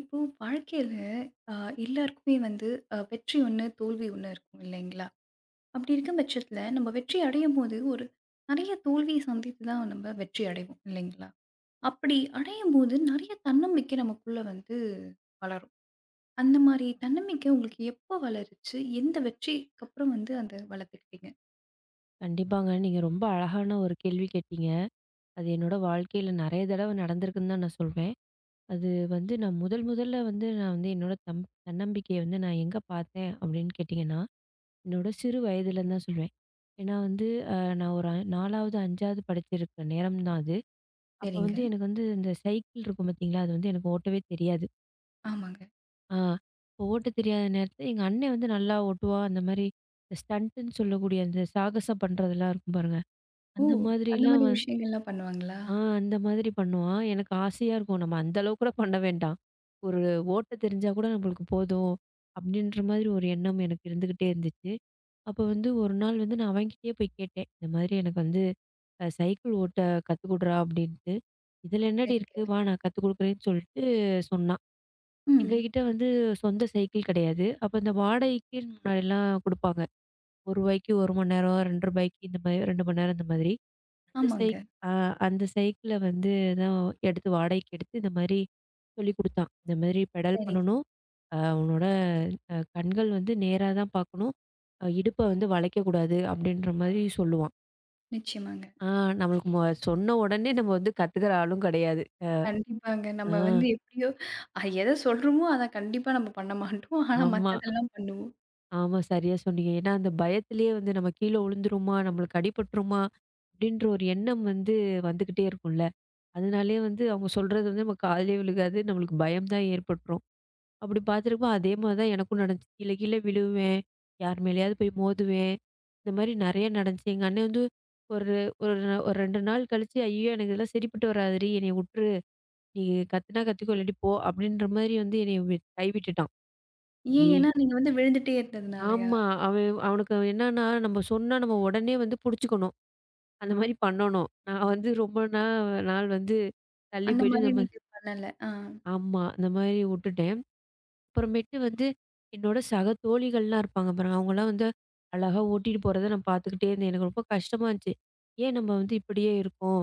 இப்போ வாழ்க்கையில அ எல்லாருக்குமே வந்து வெற்றி ஒண்ணு, தோல்வி ஒண்ணு இருக்கும் இல்லைங்களா? அப்படி இருக்கும் பட்சத்தில நம்ம வெற்றி அடையும்போது, ஒரு நெறைய தோல்விய சந்தித்து தான் நம்ம வெற்றி அடைவோம் இல்லைங்களா? அப்படி அடையும்போது நெறைய தன்னம்பிக்கை நமக்குள்ள வந்து வளரும். அந்த மாரி தன்னம்பிக்கை உங்களுக்கு எப்போ வளருச்சு? எந்த வெற்றிக்கு அப்புறம் வந்து அத வளர்த்துக்கிட்டீங்க? கண்டிப்பாங்க. நீங்க ரொம்ப அழகான ஒரு கேள்வி கேட்டீங்க. அது என்னோட வாழ்க்கையில நெறைய தடவ நடந்திருக்குன்னு தான் நான் சொல்வேன். அது வந்து நான் முதல் முதல்ல வந்து நான் வந்து என்னோட தன்னம்பிக்கைய வந்து நான் எங்க பார்த்தேன் அப்படின்னு கேட்டீங்கன்னா, என்னோட சிறு வயதிலன்னு தான் சொல்வேன். ஏன்னா வந்து அ நான் ஒரு 4வது, 5வது படிச்சிருக்க நேரம் தான் அது. அப்ப சரிங்க. வந்து எனக்கு வந்து இந்த சைக்கிள் இருக்கும் பார்த்தீங்களா, அது வந்து எனக்கு ஓட்டவே தெரியாது. ஆமாங்க. ஆ இப்போ ஓட்ட தெரியாத நேரத்தில எங்க அண்ணன் வந்து நல்லா ஓட்டுவான். அந்த மாரி ஸ்டண்ட்டுன்னு சொல்லக்கூடிய அந்த சாகசம் பண்றதெல்லாம் இருக்கும் பாருங்க. ஓ! அந்த அந்த மாதிரிலாம் மாரி விஷயங்கள்லாம் பண்ணுவாங்களா? அந்த மாதிரி பண்ணுவான். எனக்கு ஆசையா இருக்கும். நம்ம அந்த அளவுக்கு கூட பண்ண வேண்டாம். ஒரு ஓட்ட தெரிஞ்சா கூட நம்மளுக்கு போதும். அப்படின்ற மாதிரி ஒரு எண்ணம் எனக்கு இருந்துகிட்டே இருந்துச்சு. அப்ப வந்து ஒரு நாள் வந்து நான் அவன்கிட்டயே போய் கேட்டேன். இந்த மாதிரி எனக்கு வந்து சைக்கிள் ஓட்ட கத்துக்குடுறா அப்படின்ட்டு. இதுல என்னடி சரிங்க. இருக்கு? வா நான் கத்துக் குடுக்குறேன்னு சொல்லிட்டு சொன்னான். ம். எங்ககிட்ட வந்து சொந்த சைக்கிள் கிடையாது. அப்ப இந்த வாடகைக்குன்னு முன்னாடிலாம் குடுப்பாங்க. ரூ. 1க்கு 1 மணி நேரம், ரூ. 2 இந்த மாதிரி 2 மணி நேரம் இந்த மாதிரி. அந்த ஆமாங்க. சைக் ஆ அந்த சைக்கிள வந்து தான் எடுத்து வாடகைக்கு எடுத்து, இந்த மாரி சொல்லிக் குடுத்தான். இந்த மாரி பெடல் சரி. பண்ணணும். உன்னோட கண்கள் வந்து நேரா தான் பார்க்கணும். இடுப்ப வந்து வளைக்கக்கூடாது அப்டின்ற மாரி சொல்லுவான். நிச்சயமாங்க. ஆ நம்மளுக்கு சொன்ன உடனே நம்ம வந்து கத்துக்கிற ஆளும் கிடையாது. கண்டிப்பாங்க. ஆ நம்ம வந்து எப்படியோ எத சொல்றோமோ, அத கண்டிப்பா நம்ம பண்ண மாட்டோம். ஆனா ஆமா. மத்ததெல்லாம் பண்ணுவோம். ஆமா. சரியா சொன்னீங்க. ஏன்னா, அந்த பயத்திலேயே வந்து நம்ம கீழ விழுந்துருமா? நம்மளுக்கு அடிபட்டுருமா? அப்டின்ற ஒரு எண்ணம் வந்து வந்துகிட்டே இருக்கும்ல. அதனாலேயே வந்து அவங்க சொல்றது வந்து நம்ம காதுலயே விழுகாது. நம்மளுக்கு பயம் தான் ஏற்பட்டுரும். அப்படி பார்த்துருக்கப்போ, அதே மாரி தான் எனக்கும் நடந்துச்சு. கீழ கீழ விழுவேன். யார் மேலயாவது போய் மோதுவேன். இந்த மாரி நெறைய நடந்துச்சு. எங்க அண்ணன் வந்து ஒரு ஒரு நா- ஒரு 2 நாள் கழிச்சு, "ஐயயோ! எனக்கு இதெல்லாம் சரிப்பட்டு வராதுடி. என்னைய உட்ரு. நீ கத்துனா கத்துக்கோ, இல்லாட்டி போ." அப்படின்ற மாரி வந்து என்னைய கைவிட்டுட்டான். ஏன் ஐயே! ஏன்னா, நீங்க வந்து விழுந்துட்டே இருந்ததுனாலயா? ஆமா. அவனுக்கு என்னன்னா, நம்ம சொன்னா நம்ம உடனே வந்து புடிச்சுக்கணும். அந்த மாரி பண்ணணும். நான் வந்து ரொம்ப நாள் வந்து தள்ளி அந்த போயிட்டு மாரி இந்த மாரி நீங்க பண்ணல. ஆ. ஆமா. இந்த மாரி உட்டுட்டேன். அப்புறமேட்டு வந்து என்னோட சக தோழிகள்லாம் இருப்பாங்க பாருங்க. அவங்கலாம் வந்து அழகா ஓட்டிட்டு போறத நான் பார்த்துக்கிட்டே இருந்தேன். எனக்கு ரொம்ப கஷ்டமா இருந்துச்சு. ஏன் நம்ம வந்து இப்படியே இருக்கோம்?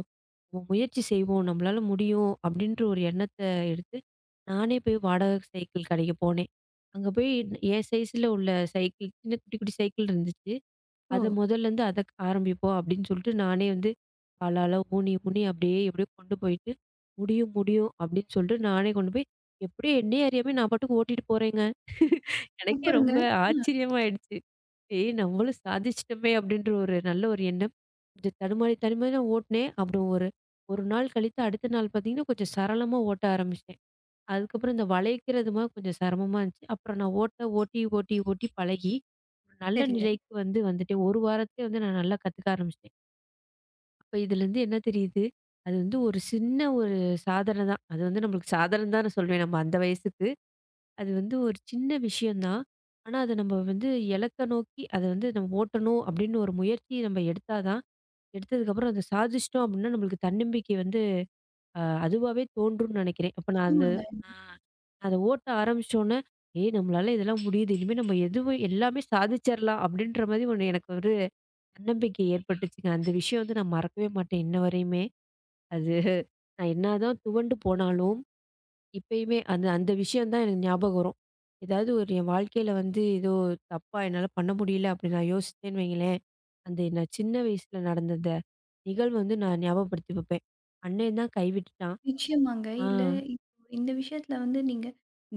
நம்ம முயற்சி செய்வோம். நம்மளால முடியும். அப்படின்ற ஒரு எண்ணத்த எடுத்து, நானே போய் வாடகை சைக்கிள் கடைக்கு போனேன். அங்க போய் என் சைஸ்ல உள்ள சைக்கிள் சின்ன குட்டி குட்டி சைக்கிள் இருந்துச்சு. ஓ! அத முதல்லேருந்து அத ஆரம்பிப்போம் அப்படின்னு சொல்லிட்டு நானே வந்து காலால ஊனி ஊனி அப்படியே எப்படியோ கொண்டு போயிட்டு, முடியும் முடியும் அப்படின்னு சொல்லிட்டு நானே கொண்டு போய் எப்படியோ என்னையே அறியாம நான் பாட்டுக்கு ஓட்டிட்டு போறேங்க. எனக்கே சூப்பருங்க. ரொம்ப ஆ. ஆச்சரியமாயிடுச்சு. ஏய் நம்மளும் சாதிச்சுட்டோமே அப்படின்ற ஒரு நல்ல ஒரு எண்ணம். கொஞ்சம் தடுமாறி தடுமாறி தான் ஓட்டுனேன். அப்புறம் ஒரு 1 நாள் கழித்து அடுத்த நாள் பார்த்தீங்கன்னா, கொஞ்சம் சரளமா ஓட்ட ஆரம்பிச்சேன். அதுக்கப்புறம் இந்த வளைக்கிறதுமா கொஞ்சம் சிரமமா இருந்துச்சு. அப்புறம் நான் ஓட்ட ஓட்டி, ஓட்டி, ஓட்டி பழகி, ஒரு நல்ல சரிங்க. நிலைக்கு வந்து வந்துட்டேன். ஒரு வாரத்திலே வந்து நான் நல்லா கத்துக்க ஆரம்பிச்சுட்டேன். அப்ப இதுலருந்து என்ன தெரியுது? அது வந்து ஒரு சின்ன ஒரு சாதனை தான். அது வந்து நம்மளுக்கு சாதனை தான் நான் சொல்வேன். நம்ம அந்த வயசுக்கு. அது வந்து ஒரு சின்ன விஷயம் தான். ஆனா அத நம்ம வந்து இலக்க நோக்கி அத வந்து நம்ம ஓட்டணும் அப்படின்னு ஒரு முயற்சி நம்ம எடுத்தா தான் எடுத்ததுக்கப்புறம் அத சாதிச்சுட்டோம் அப்படின்னா நம்மளுக்கு தன்னம்பிக்கை வந்து அதுவாவே தோன்றும்னு நினைக்கிறேன். அப்ப நான் அந்த நிச்சயமாங்க. ஆ. அத ஓட்ட ஆரம்பிச்சோனே, ஏய்! நம்மளால இதெல்லாம் முடியுது. இனிமே நம்ம எதுவும் எல்லாமே சாதிச்சிரலாம் அப்டின்ற மாரி ஒண்ணு எனக்கு ஒரு தன்னம்பிக்கை ஏற்பட்டுச்சுங்க. அந்த விஷயம் வந்து நான் மறக்கவே மாட்டேன் இன்ன வரையுமே. அது நான் என்னதான் துவண்டு போனாலும், இப்பயுமே அந்த அந்த விஷயம் தான் எனக்கு ஞாபகம் வரும். ஏதாவது ஒரு என் வாழ்க்கையில வந்து ஏதோ தப்பா என்னால பண்ண முடியல அப்டி நான் யோசிச்சேன்னு வைங்களேன், அந்த நான் சின்ன வயசுல நடந்த அந்த நிகழ்வு வந்து நான் ஞாபகப்படுத்தி வைப்பேன். அண்ணன் தான் கைவிட்டுட்டான். நிச்சயமாங்க. ஆ. இல்ல இப்போ இந்த விஷயத்துல வந்து நீங்க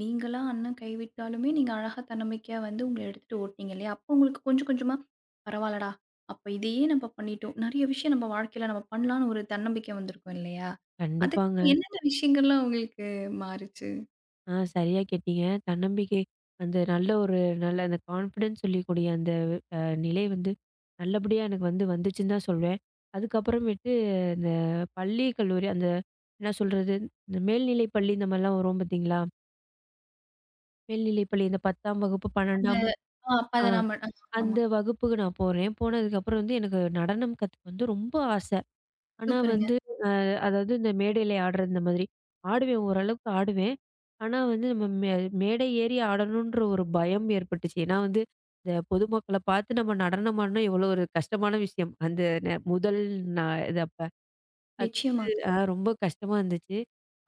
நீங்களா அண்ணன் கைவிட்டாலுமே, நீங்க அழகா தன்னம்பிக்கையா வந்து உங்கள எடுத்துட்டு ஓட்டுனீங்க இல்லையா? அப்போ உங்களுக்கு கொஞ்சம் கொஞ்சமா பரவால்லடா! அப்ப இதையே நம்ம பண்ணிட்டோம். நெறைய விஷயம் நம்ம வாழ்க்கையில நம்ம பண்ணலான்னு ஒரு தன்னம்பிக்கை வந்திருக்கும் இல்லையா? அதுக்கப்புறம் கண்டிப்பாங்க. என்னென்ன விஷயங்கள்லாம் உங்களுக்கு மாறுச்சு? சரியா கேட்டீங்க. தன்னம்பிக்கை அந்த நல்ல ஒரு நல்ல அந்த கான்ஃபிடன்ஸ் சொல்லக்கூடிய அந்த அ நிலை வந்து நல்லபடியா எனக்கு வந்து வந்துச்சுன்னு தான் சொல்வேன். அதுக்கப்புறமேட்டு இந்த பள்ளி, கல்லூரி அந்த என்ன சொல்றது? இந்த மேல்நிலை பள்ளி இந்த மாரிலாம் வரும் பார்த்தீங்களா? மேல்நிலை பள்ளி இந்த 10ஆம் வகுப்பு, அந்த 12ஆம் ஆ அப்ப ஆ அத நாம ஆமாமா. அந்த வகுப்புக்கு நான் போறேன். போனதுக்கப்புறம் வந்து எனக்கு நடனம் கத்துக்க வந்து ரொம்ப ஆசை. ஆனா சூப்பருங்க. வந்து அதாவது இந்த மேடையில ஆடுறது இந்த மாதிரி. ஆடுவேன் ஓரளவுக்கு ஆடுவேன். ஆனா வந்து நம்ம மேடை ஏறி ஆடணுன்ற ஒரு பயம் ஏற்பட்டுச்சு. ஏன்னா வந்து இந்த பொதுமக்கள பார்த்து நம்ம நடனம் ஆடுனா எவ்வளோ ஒரு கஷ்டமான விஷயம். அந்த முதல் நா இது அப்ப. அது வந்து நிச்சயமாங்க. ரொம்ப கஷ்டமா இருந்துச்சு.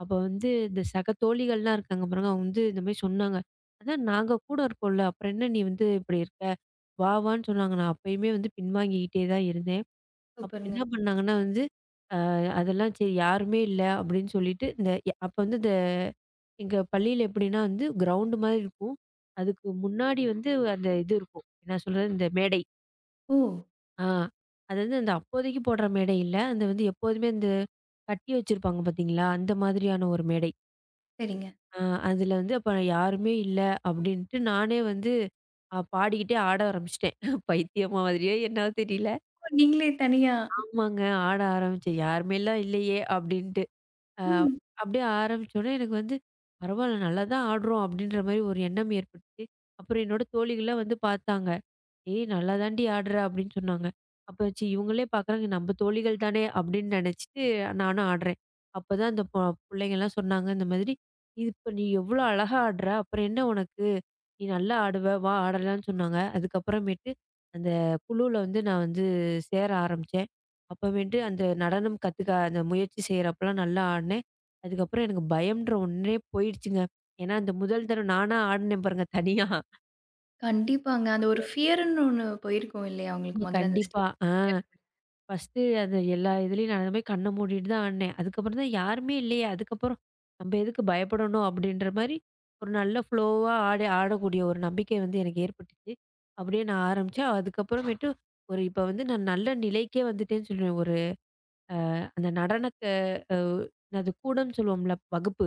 அப்ப வந்து இந்த சக தோழிகள்லாம் இருக்காங்க பாருங்க. அவங்க வந்து இந்த மாரி சொன்னாங்க. "அதான் நாங்க கூட இருக்கோம்ல. அப்புறம் என்ன நீ வந்து இப்படி இருக்க? வா வான்னு" சொன்னாங்க. நான் அப்பயுமே வந்து பின்வாங்கிக்கிட்டே தான் இருந்தேன். அப்ப சூப்பருங்க. என்ன பண்ணாங்கன்னா வந்து அதெல்லாம் சரி யாருமே இல்ல அப்படின்னு சொல்லிட்டு, இந்த அப்ப வந்து இந்த எங்க பள்ளியில எப்படின்னா வந்து கிரவுண்ட் மாரி இருக்கும். அதுக்கு முன்னாடி வந்து அந்த இது இருக்கும். நான் சொல்றது இந்த மேடை. ஓ! ஆ அதாவது அந்த அப்போதைக்கு போடுற மேடை இல்ல. அந்த வந்து எப்போதுமே அந்த கட்டி வச்சிருப்பாங்க பார்த்தீங்களா? அந்த மாதிரியான ஒரு மேடை. சரிங்க. ஆ அதுல வந்து அப்ப யாருமே இல்ல அப்படின்ட்டு நானே வந்து பாடிக்கிட்டே ஆட ஆரம்பிச்சுட்டேன். பைத்தியம் மாதிரியே என்னவோ தெரியல. ஓ நீங்களே தனியா ஆமாங்க. ஆட ஆரம்பிச்சேன். யாருமேலாம் இல்லையே! அப்படின்ட்டு. அ ம். அப்படியே ஆரம்பிச்சோனே எனக்கு வந்து, பரவால்ல நல்லா தான் ஆடுறோம் அப்படின்ற மாரி ஒரு எண்ணம் ஏற்பட்டுச்சு. அப்புறம் என்னோட தோழிகள்லாம் வந்து பார்த்தாங்க. ஏய்! நல்லா தாண்டி ஆடுற அப்படின்னு சொன்னாங்க. அப்ப சரி இவங்களே பார்க்குறாங்க நம்ம தோழிகள் தானே அப்படின்னு நினச்சுட்டு நானும் ஆடுறேன். அப்பதான் அந்த புள்ளைங்கலாம் சொன்னாங்க இந்த மாதிரி, இது "இப்ப நீ எவ்வளோ அழகா ஆடுற, அப்புறம் என்ன உனக்கு? நீ நல்லா ஆடுவ, வா ஆடலாம்ன்னு" சொன்னாங்க. அதுக்கப்புறமேட்டு அந்த குழுவுல வந்து நான் வந்து சேர ஆரம்பிச்சேன். அப்பமேட்டு அந்த நடனம் கத்துக்க அந்த முயற்சி செய்றப்பலாம் நல்லா ஆடினேன். அதுக்கப்புறம் எனக்கு பயம்ன்ற ஒண்ணே போயிடுச்சுங்க. ஏன்னா அந்த முதல் தடவ நானா ஆடினேன் பாருங்க தனியா. கண்டிப்பாங்க. அந்த ஒரு ஃபியர்ன்னு ஒண்ணு போயிருக்கும் இல்லையா உங்களுக்கு ஆமா. முதல்ல அந்த கண்டிப்பா. ஸ்டேஜ் ஆ. ஃபியர். ஃபர்ஸ்ட்டு அது எல்லா இதுலயும் நான் அந்த மாரி கண்ண மூடிட்டு தான் ஆடுனேன். அதுக்கப்புறம் தான் யாருமே இல்லையே! அதுக்கப்புறம் நம்ப எதுக்கு பயப்படணும்? அப்டின்ற மாரி ஒரு நல்ல ஃப்ளோவா ஆட ஆடக்கூடிய ஒரு நம்பிக்கை வந்து எனக்கு ஏற்பட்டுச்சு. அப்டியே நான் ஆரம்பிச்சேன். அதுக்கப்புறமேட்டு ஒரு இப்ப வந்து நான் நல்ல நிலைக்கே வந்துட்டேன்னு சொல்லுவேன். ஒரு அந்த நடனத்த அ அது கூடன்னு சொல்லுவோம்ல வகுப்பு.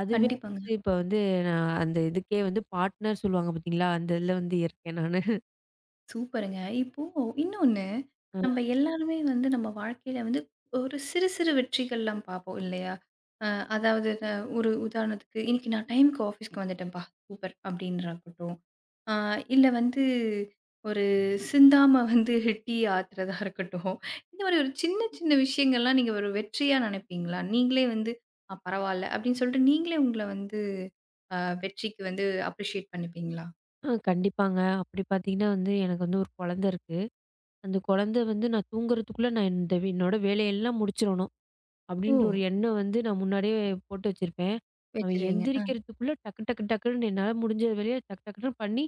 அதுவே கண்டிப்பாங்க. வந்து இப்ப வந்து நான் அந்த இதுக்கே வந்து பார்ட்னர் சொல்லுவாங்க பார்த்தீங்களா? அந்த இதுல வந்து இருக்கேன் நானு. சூப்பருங்க. இப்போ இன்னொன்னு, நம்ம எல்லாருமே வந்து நம்ம வாழ்க்கையில வந்து ஒரு சிறு சிறு வெற்றிகள்லாம் பார்ப்போம் இல்லையா? அ அதாவது ஒரு உதாரணத்துக்கு, "இன்னைக்கு நான் டைம்க்கு ஆஃபீஸ்க்கு வந்துட்டேன்ப்பா, சூப்பர்!" அப்படின்றதாகட்டும். ஆ இல்ல வந்து ஒரு சிந்தாம வந்து டீ ஆத்துறதா இருக்கட்டும். இந்த மாதிரி ஒரு சின்ன சின்ன விஷயங்கள்லாம் நீங்க ஒரு வெற்றியா நினைப்பீங்களா? நீங்களே வந்து, "ஆ பரவால்ல" அப்படின்னு சொல்லிட்டு நீங்களே உங்கள வந்து அ வெற்றிக்கு வந்து அப்ரிஷியேட் பண்ணிப்பீங்களா? கண்டிப்பாங்க. அப்டி பார்த்தீங்கன்னா வந்து எனக்கு வந்து ஒரு குழந்த இருக்கு. அந்த குழந்தை வந்து நான் தூங்குறதுக்குள்ள நான் இந்த என்னோட வேலையெல்லாம் முடிச்சிடணும் ஓ! அப்படின்ற ஒரு எண்ணம் வந்து நான் முன்னாடியே போட்டு வச்சிருப்பேன். அவன் வச்சுருவீங்க. எந்திரிக்கிறதுக்குள்ள டக்கு டக்கு டக்குன்னு என்னால் முடிஞ்ச வேலையை டக்கு டக்குன்னு பண்ணி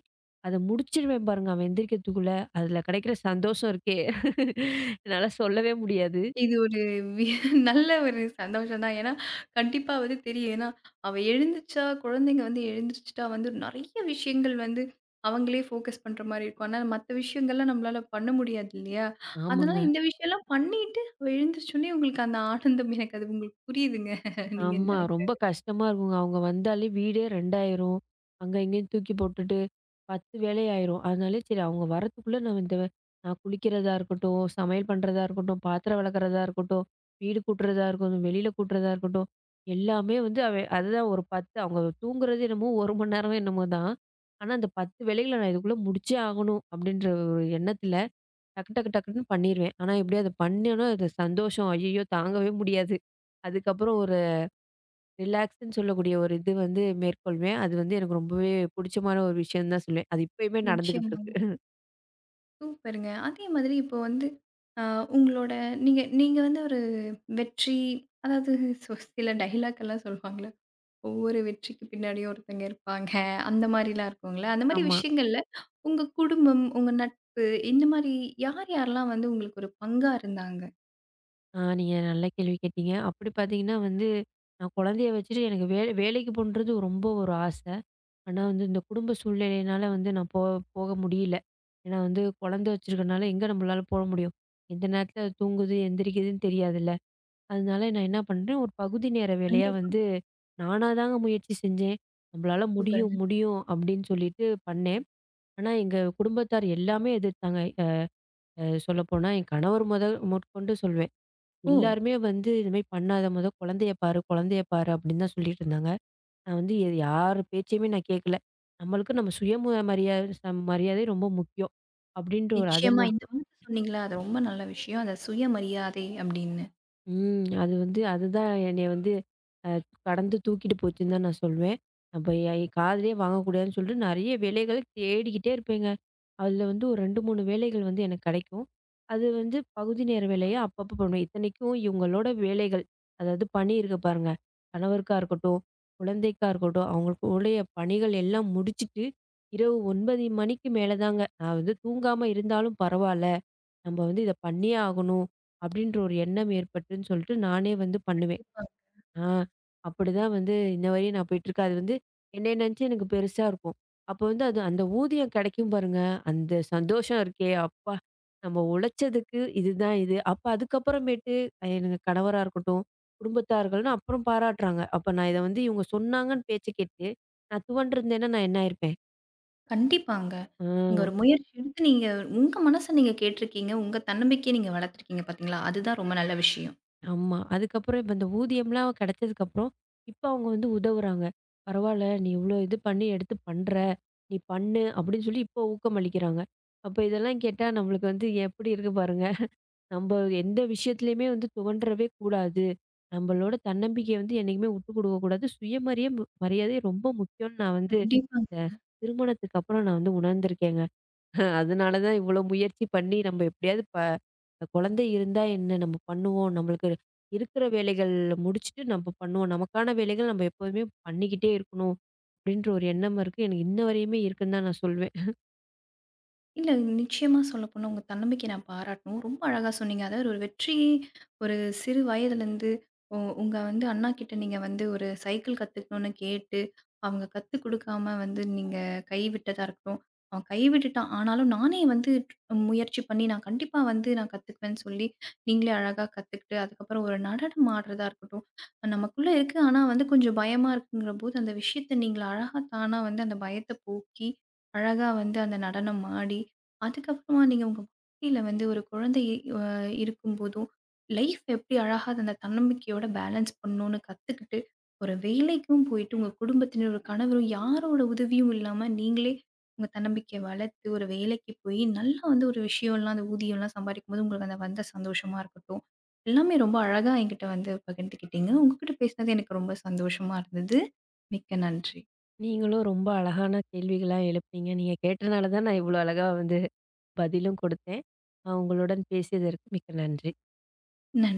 அதை முடிச்சிருவேன் பாருங்க அவன் எந்திரிக்கிறதுக்குள்ள அதில் கிடைக்கிற சந்தோஷம் இருக்கே என்னால் சொல்லவே முடியாது. இது ஒரு வி நல்ல ஒரு சந்தோஷம் தான். ஏன்னா, கண்டிப்பா வந்து தெரியும். ஏன்னா, அவ எழுந்துருச்சா குழந்தைங்க வந்து எழுந்திரிச்சுட்டா வந்து நெறைய விஷயங்கள் வந்து அவங்களே ஃபோக்கஸ் பண்ற மாரி இருக்கும். ஆனா, மத்த விஷயங்கள்லாம் நம்மளால பண்ண முடியாது இல்லையா? ஆமாங்க அதனால இந்த விஷயம்லாம் பண்ணிட்டு அவ எழுந்திரிச்சோனே உங்களுக்கு அந்த ஆனந்தம் எனக்கு அது உங்களுக்கு புரியுதுங்க. நீங்க ஆமா. ரொம்ப நெனைக்கிறது. கஷ்டமா இருக்குங்க. அவங்க வந்தாலே வீடே 2 ஆயிரும். அங்க இங்கேயும் தூக்கி போட்டுட்டு 10 வேலையாயிரும். அதனாலே சரி அவங்க வரத்துக்குள்ள நம்ம இந்த நான் குளிக்கிறதா இருக்கட்டும், சமையல் பண்றதா இருக்கட்டும், பாத்திரம் விளக்குறதா இருக்கட்டும், வீடு கூட்டுறதா இருக்கட்டும், வெளியில கூட்டுறதா இருக்கட்டும், எல்லாமே வந்து அதுதான் ஒரு 10 அவங்க தூங்குறது என்னமோ 1 மணி நேரமோ என்னமோ தான். ஆனா, அந்த 10 வேலைகள நான் இதுக்குள்ள முடிச்சே ஆகணும் அப்படின்ற ஒரு எண்ணத்துல டக்கு டக்கு டக்குன்னு பண்ணிருவேன். ஆனா, எப்படியோ அத பண்ணேன்னா அது சந்தோஷம் ஐய்யயோ! தாங்கவே முடியாது. அதுக்கப்புறம் ஒரு ரிலாக்ஸ்ன்னு சொல்லக்கூடிய ஒரு இது வந்து மேற்கொள்வேன். அது வந்து எனக்கு ரொம்பவே புடிச்சமான ஒரு விஷயம் தான் சொல்லுவேன். அது இப்பயுமே நடந்துகிட்டு நிச்சயமாங்க. இருக்கு. சூப்பருங்க. அதே மாதிரி இப்போ வந்து அ உங்களோட நீங்க நீங்க வந்து ஒரு வெற்றி அதாவது சில டயலாக் எல்லாம் சொல்லுவாங்கல்ல. ஒவ்வொரு வெற்றிக்கு பின்னாடியும் ஒருத்தங்க இருப்பாங்க. அந்த மாரிலாம் இருக்கும்ல. அந்த மாரி ஆமா. விஷயங்கள்ல உங்க குடும்பம், உங்க நட்பு இந்த மாரி யார் யாரெல்லாம் வந்து உங்களுக்கு ஒரு பங்கா இருந்தாங்க? நீங்க நல்ல கேள்வி கேட்டீங்க. அப்படி பார்த்தீங்கன்னா வந்து, நான் குழந்தைய வச்சுட்டு எனக்கு வேலைக்கு போணுன்றது ரொம்ப ஒரு ஆசை. ஆனா வந்து இந்த குடும்ப சூழ்நிலையினால வந்து நான் போக முடியல. ஏன்னா வந்து குழந்தை வச்சிருக்கனால எங்க நம்மளால போக முடியும்? எந்த நேரத்தில அது தூங்குது, எந்திரிக்குதுன்னு தெரியாதுல்ல. அதனால நான் என்ன பண்றேன், ஒரு பகுதி நேர வேலையா கண்டிப்பா. வந்து நானா தாங்க முயற்சி செஞ்சேன். நம்மளால சூப்பருங்க. முடியும், முடியும் அப்படின்னு சொல்லிட்டு பண்ணேன். ஆனா, எங்க குடும்பத்தார் எல்லாமே எதிர்த்தாங்க. அ அ சொல்லப்போனா என் கணவர் முதல் முதற்கொண்டு சொல்வேன். ஓ! எல்லாருமே வந்து "இது மாரி பண்ணாத மொத குழந்தைய பாரு, குழந்தைய பாரு" அப்படின்னு தான் சொல்லிட்டு இருந்தாங்க. நான் வந்து யார் பேச்சையுமே நான் கேட்கல. நம்மளுக்கு நம்ம சுய மு மரியாதை மரியாதை ரொம்ப முக்கியம். அப்படின்ற ஒரு அத நிச்சயமா இந்த மட்டும் வார்த்தை சொன்னீங்களே அது ரொம்ப நல்ல விஷயம். அது சுயமரியாதை அப்படின்னு. ம். அது வந்து அதுதான் என்னைய வந்து அ கடந்து தூக்கிட்டு போச்சுன்னு தான் நான் சொல்வேன். அப்ப என் காதுலயே வாங்கக்கூடாதுன்னு சொல்லிட்டு நெறைய வேலைகள் தேடிக்கிட்டே இருப்பேங்க. அதுல வந்து ஒரு 2, 3 வேலைகள் வந்து எனக்கு கிடைக்கும். அது வந்து பகுதி நேர வேலையா அப்பப்போ பண்ணுவேன். இத்தனைக்கும் இவங்களோட வேலைகள், அதாவது பணி இருக்கு பாருங்க. கணவருக்கா இருக்கட்டும், குழந்தைக்கா இருக்கட்டும், அவங்களுக்கு உடைய பணிகள் எல்லாம் முடிச்சுட்டு, இரவு 9 மணிக்கு மேல தாங்க நான் வந்து தூங்காம இருந்தாலும் பரவால்ல. நம்ம வந்து இத பண்ணியே ஆகணும், அப்படின்ற ஒரு எண்ணம் ஏற்பட்டுன்னு சொல்லிட்டு நானே வந்து பண்ணுவேன். கண்டிப்பா. ஆ. அப்படிதான் வந்து இன்ன வரையும் நான் போயிட்டுருக்கு. அது வந்து என்னைய நினச்சு எனக்கு பெருசா இருக்கும். அப்போ வந்து அது அந்த ஊதியம் கிடைக்கும் பாருங்க, அந்த சந்தோஷம் இருக்கே அப்பா! நம்ம உழைச்சதுக்கு இதுதான் இது. அப்ப அதுக்கப்புறமேட்டு எனக்கு கணவரா இருக்கட்டும், குடும்பத்தார்கள்ன்னு அப்புறம் பாராட்டுறாங்க. அப்ப நான் இத வந்து இவங்க சொன்னாங்கன்னு பேச்ச கேட்டு, நான் துவண்டிருந்தேன்னா நான் என்ன ஆயிருப்பேன்? கண்டிப்பாங்க. நீங்க ஆ. ஒரு முயற்சி எடுத்து நீங்க உங்க மனச நீங்க கேட்டிருக்கீங்க. உங்க தன்னம்பிக்கைய நீங்க வளர்த்துருக்கீங்க பார்த்தீங்களா? அதுதான் ரொம்ப நல்ல விஷயம். ஆமா. அதுக்கப்புறம் இப்ப இந்த ஊதியம்லாம் கிடைச்சதுக்கப்புறம், இப்ப அவங்க வந்து உதவுறாங்க. "பரவால்ல, நீ இவ்ளோ இது பண்ணி எடுத்து பண்ற. நீ பண்ணு" அப்படின்னு சொல்லி இப்போ ஊக்கமளிக்கிறாங்க. அப்ப இதெல்லாம் கேட்டா நம்மளுக்கு வந்து எப்படி இருக்கு பாருங்க. நம்ப எந்த விஷயத்துலயுமே வந்து துவண்டறவே கூடாது. நம்பளோட தன்னம்பிக்கைய வந்து என்னைக்குமே விட்டு குடுக்க கூடாது. மரியாதை ரொம்ப முக்கியம்ன்னு நான் வந்து கண்டிப்பா. இந்த திருமணத்துக்கு அப்புறம் நான் வந்து உணர்ந்திருக்கேங்க. அதனால தான் இவ்வளோ முயற்சி பண்ணி நம்ம எப்படியாவது குழந்தை இருந்தா என்ன நம்ம பண்ணுவோம். நம்மளுக்கு இருக்கிற வேலைகள் முடிச்சுட்டு நம்ம பண்ணுவோம். நமக்கான வேலைகள் நம்ம எப்போதுமே பண்ணிக்கிட்டே இருக்கணும். அப்படின்ற ஒரு எண்ணம் இருக்கு. எனக்கு இன்ன வரையுமே இருக்குன்னு தான் நான் சொல்வேன். இல்ல. நிச்சயமா சொல்லப்போனா, உங்க தன்னம்பிக்கைய நான் பாராட்டணும். ரொம்ப அழகா சொன்னீங்க. அதாவது ஒரு வெற்றி ஒரு சிறு வயதிலேருந்து உங்க வந்து அண்ணா கிட்ட நீங்க வந்து ஒரு சைக்கிள் கத்துக்கணும்னு கேட்டு, அவங்க கத்துக் குடுக்காம வந்து நீங்க கைவிட்டதா இருக்கட்டும். அவன் கைவிட்டுட்டான். ஆனாலும் நானே வந்து முயற்சி பண்ணி நான் கண்டிப்பா வந்து நான் கத்துக்குவேன்னு சொல்லி, நீங்களே அழகா கத்துக்கிட்டு, அதுக்கப்புறம் ஒரு நடனம் ஆடுறதா இருக்கட்டும். நமக்குள்ள இருக்கு. ஆனா வந்து கொஞ்சம் பயமா இருக்குங்கிறபோது, அந்த விஷயத்த நீங்கள அழகா தானா வந்து அந்த பயத்த போக்கி அழகா வந்து அந்த நடனம் ஆடி, அதுக்கப்புறமா நீங்க உங்க வாழ்க்கையில வந்து ஒரு குழந்தை அ இருக்கும்போதும், லைஃப் எப்படி அழகா அந்த தன்னம்பிக்கையோட பேலன்ஸ் பண்ணணும்னு கத்துக்கிட்டு, ஒரு வேலைக்கும் போயிட்டு, உங்க குடும்பத்தினர், ஒரு கணவரும் யாரோட உதவியும் இல்லாம நீங்களே உங்க தன்னம்பிக்கைய வளர்த்து, ஒரு வேலைக்கு போய் நல்லா வந்து ஒரு விஷயம்லாம் அந்த ஊதியம்லாம் சம்பாரிக்கும்போது உங்களுக்கு அந்த வந்த சந்தோஷமா இருக்கட்டும். எல்லாமே ரொம்ப அழகா என்கிட்ட வந்து பகிர்ந்துக்கிட்டீங்க. உங்ககிட்ட பேசினது எனக்கு ரொம்ப சந்தோஷமா இருந்தது. மிக்க நன்றி. நீங்களும் ரொம்ப அழகான கேள்விகளா எழுப்புனீங்க. நீங்க கேட்டனால தான் நான் இவ்வளோ அழகா வந்து பதிலும் கொடுத்தேன். உங்களுடன் பேசியதற்கு மிக்க நன்றி. நன்றி.